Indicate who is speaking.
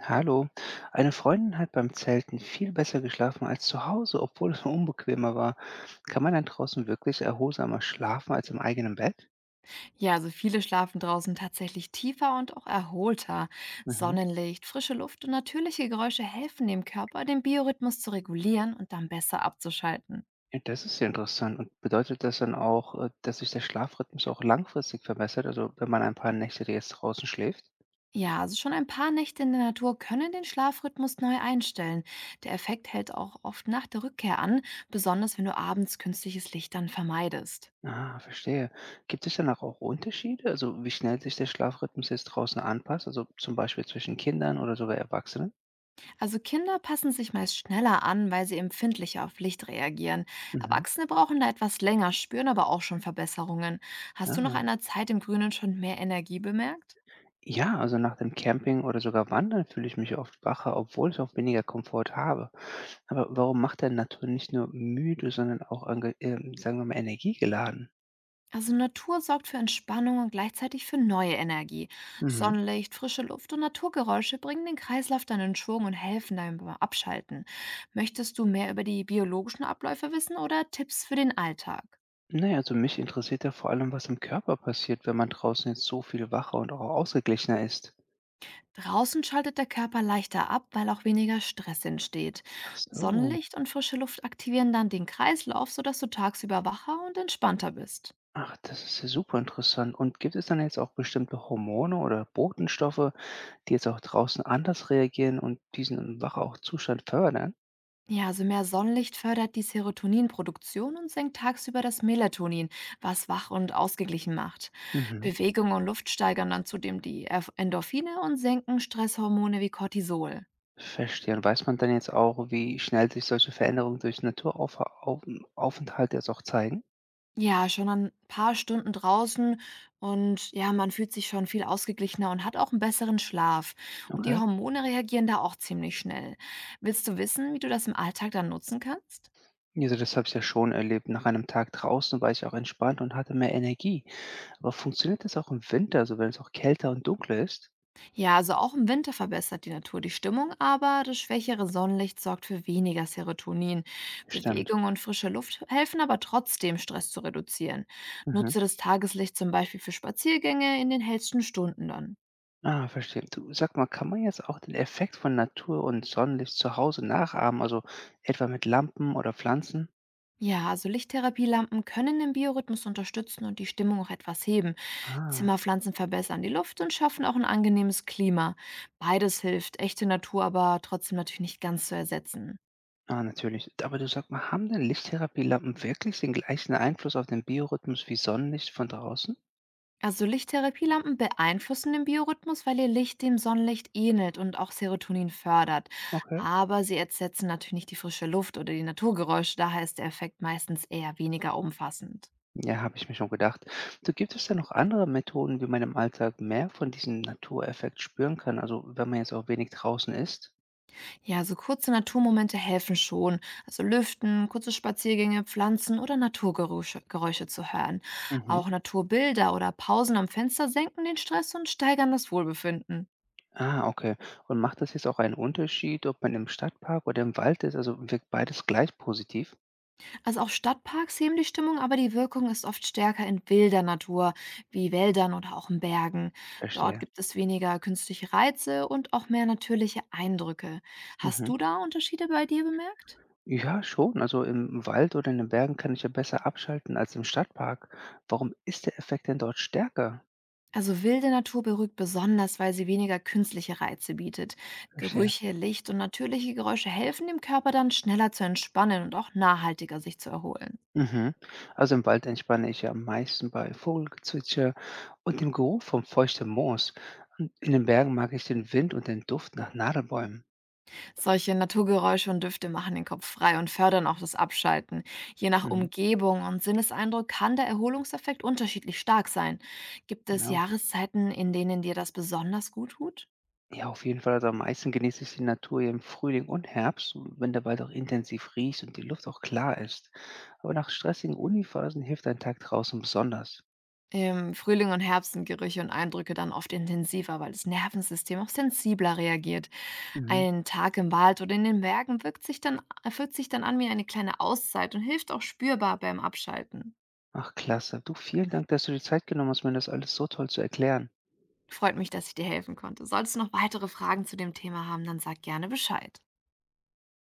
Speaker 1: Hallo. Eine Freundin hat beim Zelten viel besser geschlafen als zu Hause, obwohl es unbequemer war. Kann man dann draußen wirklich erholsamer schlafen als im eigenen Bett?
Speaker 2: Ja, also viele schlafen draußen tatsächlich tiefer und auch erholter.
Speaker 1: Mhm.
Speaker 2: Sonnenlicht, frische Luft und natürliche Geräusche helfen dem Körper, den Biorhythmus zu regulieren und dann besser abzuschalten.
Speaker 1: Ja, das ist ja interessant. Und bedeutet das dann auch, dass sich der Schlafrhythmus auch langfristig verbessert, also wenn man ein paar Nächte jetzt draußen schläft?
Speaker 2: Ja, also schon ein paar Nächte in der Natur können den Schlafrhythmus neu einstellen. Der Effekt hält auch oft nach der Rückkehr an, besonders wenn du abends künstliches Licht dann vermeidest.
Speaker 1: Ah, verstehe. Gibt es danach auch Unterschiede? Also wie schnell sich der Schlafrhythmus jetzt draußen anpasst? Also zum Beispiel zwischen Kindern oder sogar Erwachsenen?
Speaker 2: Also Kinder passen sich meist schneller an, weil sie empfindlicher auf Licht reagieren.
Speaker 1: Mhm.
Speaker 2: Erwachsene brauchen da etwas länger, spüren aber auch schon Verbesserungen. Hast du nach
Speaker 1: Ja.
Speaker 2: einer Zeit im Grünen schon mehr Energie bemerkt?
Speaker 1: Ja, also nach dem Camping oder sogar Wandern fühle ich mich oft wacher, obwohl ich auch weniger Komfort habe. Aber warum macht denn Natur nicht nur müde, sondern auch, ange sagen wir mal, energiegeladen?
Speaker 2: Also Natur sorgt für Entspannung und gleichzeitig für neue Energie.
Speaker 1: Mhm.
Speaker 2: Sonnenlicht, frische Luft und Naturgeräusche bringen den Kreislauf dann in Schwung und helfen deinem beim Abschalten. Möchtest du mehr über die biologischen Abläufe wissen oder Tipps für den Alltag?
Speaker 1: Naja, also mich interessiert ja vor allem, was im Körper passiert, wenn man draußen jetzt so viel wacher und auch ausgeglichener ist.
Speaker 2: Draußen schaltet der Körper leichter ab, weil auch weniger Stress entsteht.
Speaker 1: Ach so.
Speaker 2: Sonnenlicht und frische Luft aktivieren dann den Kreislauf, sodass du tagsüber wacher und entspannter bist.
Speaker 1: Ach, das ist ja super interessant. Und gibt es dann jetzt auch bestimmte Hormone oder Botenstoffe, die jetzt auch draußen anders reagieren und diesen wacher auch Zustand fördern?
Speaker 2: Ja, also mehr Sonnenlicht fördert die Serotoninproduktion und senkt tagsüber das Melatonin, was wach und ausgeglichen macht.
Speaker 1: Mhm.
Speaker 2: Bewegung und Luft steigern dann zudem die Endorphine und senken Stresshormone wie Cortisol.
Speaker 1: Verstehe. Und weiß man dann jetzt auch, wie schnell sich solche Veränderungen durch Naturaufenthalt jetzt auch zeigen?
Speaker 2: Ja, schon ein paar Stunden draußen und ja, man fühlt sich schon viel ausgeglichener und hat auch einen besseren Schlaf. Und die
Speaker 1: Okay.
Speaker 2: Hormone reagieren da auch ziemlich schnell. Willst du wissen, wie du das im Alltag dann nutzen kannst?
Speaker 1: Also das habe ich ja schon erlebt. Nach einem Tag draußen war ich auch entspannt und hatte mehr Energie. Aber funktioniert das auch im Winter, so wenn es auch kälter und dunkler ist?
Speaker 2: Ja, also auch im Winter verbessert die Natur die Stimmung, aber das schwächere Sonnenlicht sorgt für weniger Serotonin.
Speaker 1: Stimmt.
Speaker 2: Bewegung und frische Luft helfen aber trotzdem, Stress zu reduzieren.
Speaker 1: Mhm.
Speaker 2: Nutze das Tageslicht zum Beispiel für Spaziergänge in den hellsten Stunden dann.
Speaker 1: Ah, verstehe. Du, sag mal, kann man jetzt auch den Effekt von Natur und Sonnenlicht zu Hause nachahmen, also etwa mit Lampen oder Pflanzen?
Speaker 2: Ja, also Lichttherapielampen können den Biorhythmus unterstützen und die Stimmung auch etwas heben.
Speaker 1: Ah.
Speaker 2: Zimmerpflanzen verbessern die Luft und schaffen auch ein angenehmes Klima. Beides hilft, echte Natur aber trotzdem natürlich nicht ganz zu ersetzen.
Speaker 1: Ah, natürlich. Aber du sag mal, haben denn Lichttherapielampen wirklich den gleichen Einfluss auf den Biorhythmus wie Sonnenlicht von draußen?
Speaker 2: Also Lichttherapielampen beeinflussen den Biorhythmus, weil ihr Licht dem Sonnenlicht ähnelt und auch Serotonin fördert.
Speaker 1: Okay.
Speaker 2: Aber sie ersetzen natürlich nicht die frische Luft oder die Naturgeräusche, daher ist der Effekt meistens eher weniger umfassend.
Speaker 1: Ja, habe ich mir schon gedacht. Du, gibt es da noch andere Methoden, wie man im Alltag mehr von diesem Natureffekt spüren kann? Also wenn man jetzt auch wenig draußen ist?
Speaker 2: Ja, so kurze Naturmomente helfen schon. Also Lüften, kurze Spaziergänge, Pflanzen oder Naturgeräusche Geräusche zu hören.
Speaker 1: Mhm.
Speaker 2: Auch Naturbilder oder Pausen am Fenster senken den Stress und steigern das Wohlbefinden.
Speaker 1: Ah, okay. Und macht das jetzt auch einen Unterschied, ob man im Stadtpark oder im Wald ist? Also wirkt beides gleich positiv?
Speaker 2: Also auch Stadtparks heben die Stimmung, aber die Wirkung ist oft stärker in wilder Natur, wie Wäldern oder auch in Bergen. Dort
Speaker 1: Verstehe.
Speaker 2: gibt es weniger künstliche Reize und auch mehr natürliche Eindrücke. Hast
Speaker 1: Mhm.
Speaker 2: du da Unterschiede bei dir bemerkt?
Speaker 1: Ja, schon. Also im Wald oder in den Bergen kann ich ja besser abschalten als im Stadtpark. Warum ist der Effekt denn dort stärker?
Speaker 2: Also wilde Natur beruhigt besonders, weil sie weniger künstliche Reize bietet.
Speaker 1: Verstehe.
Speaker 2: Gerüche, Licht und natürliche Geräusche helfen dem Körper dann schneller zu entspannen und auch nachhaltiger sich zu erholen.
Speaker 1: Mhm. Also im Wald entspanne ich ja am meisten bei Vogelgezwitscher und dem Geruch vom feuchten Moos. Und in den Bergen mag ich den Wind und den Duft nach Nadelbäumen.
Speaker 2: Solche Naturgeräusche und Düfte machen den Kopf frei und fördern auch das Abschalten. Je nach
Speaker 1: Mhm.
Speaker 2: Umgebung und Sinneseindruck kann der Erholungseffekt unterschiedlich stark sein. Gibt es
Speaker 1: Genau.
Speaker 2: Jahreszeiten, in denen dir das besonders gut tut?
Speaker 1: Ja, auf jeden Fall. Also am meisten genieße ich die Natur hier im Frühling und Herbst, wenn der Wald auch intensiv riecht und die Luft auch klar ist. Aber nach stressigen Uniphasen hilft ein Tag draußen besonders.
Speaker 2: Im Frühling und Herbst sind Gerüche und Eindrücke dann oft intensiver, weil das Nervensystem auch sensibler reagiert.
Speaker 1: Mhm.
Speaker 2: Ein Tag im Wald oder in den Bergen wirkt sich fühlt sich dann an wie eine kleine Auszeit und hilft auch spürbar beim Abschalten.
Speaker 1: Ach klasse. Du, vielen Dank, dass du dir Zeit genommen hast, mir das alles so toll zu erklären.
Speaker 2: Freut mich, dass ich dir helfen konnte. Solltest du noch weitere Fragen zu dem Thema haben, dann sag gerne Bescheid.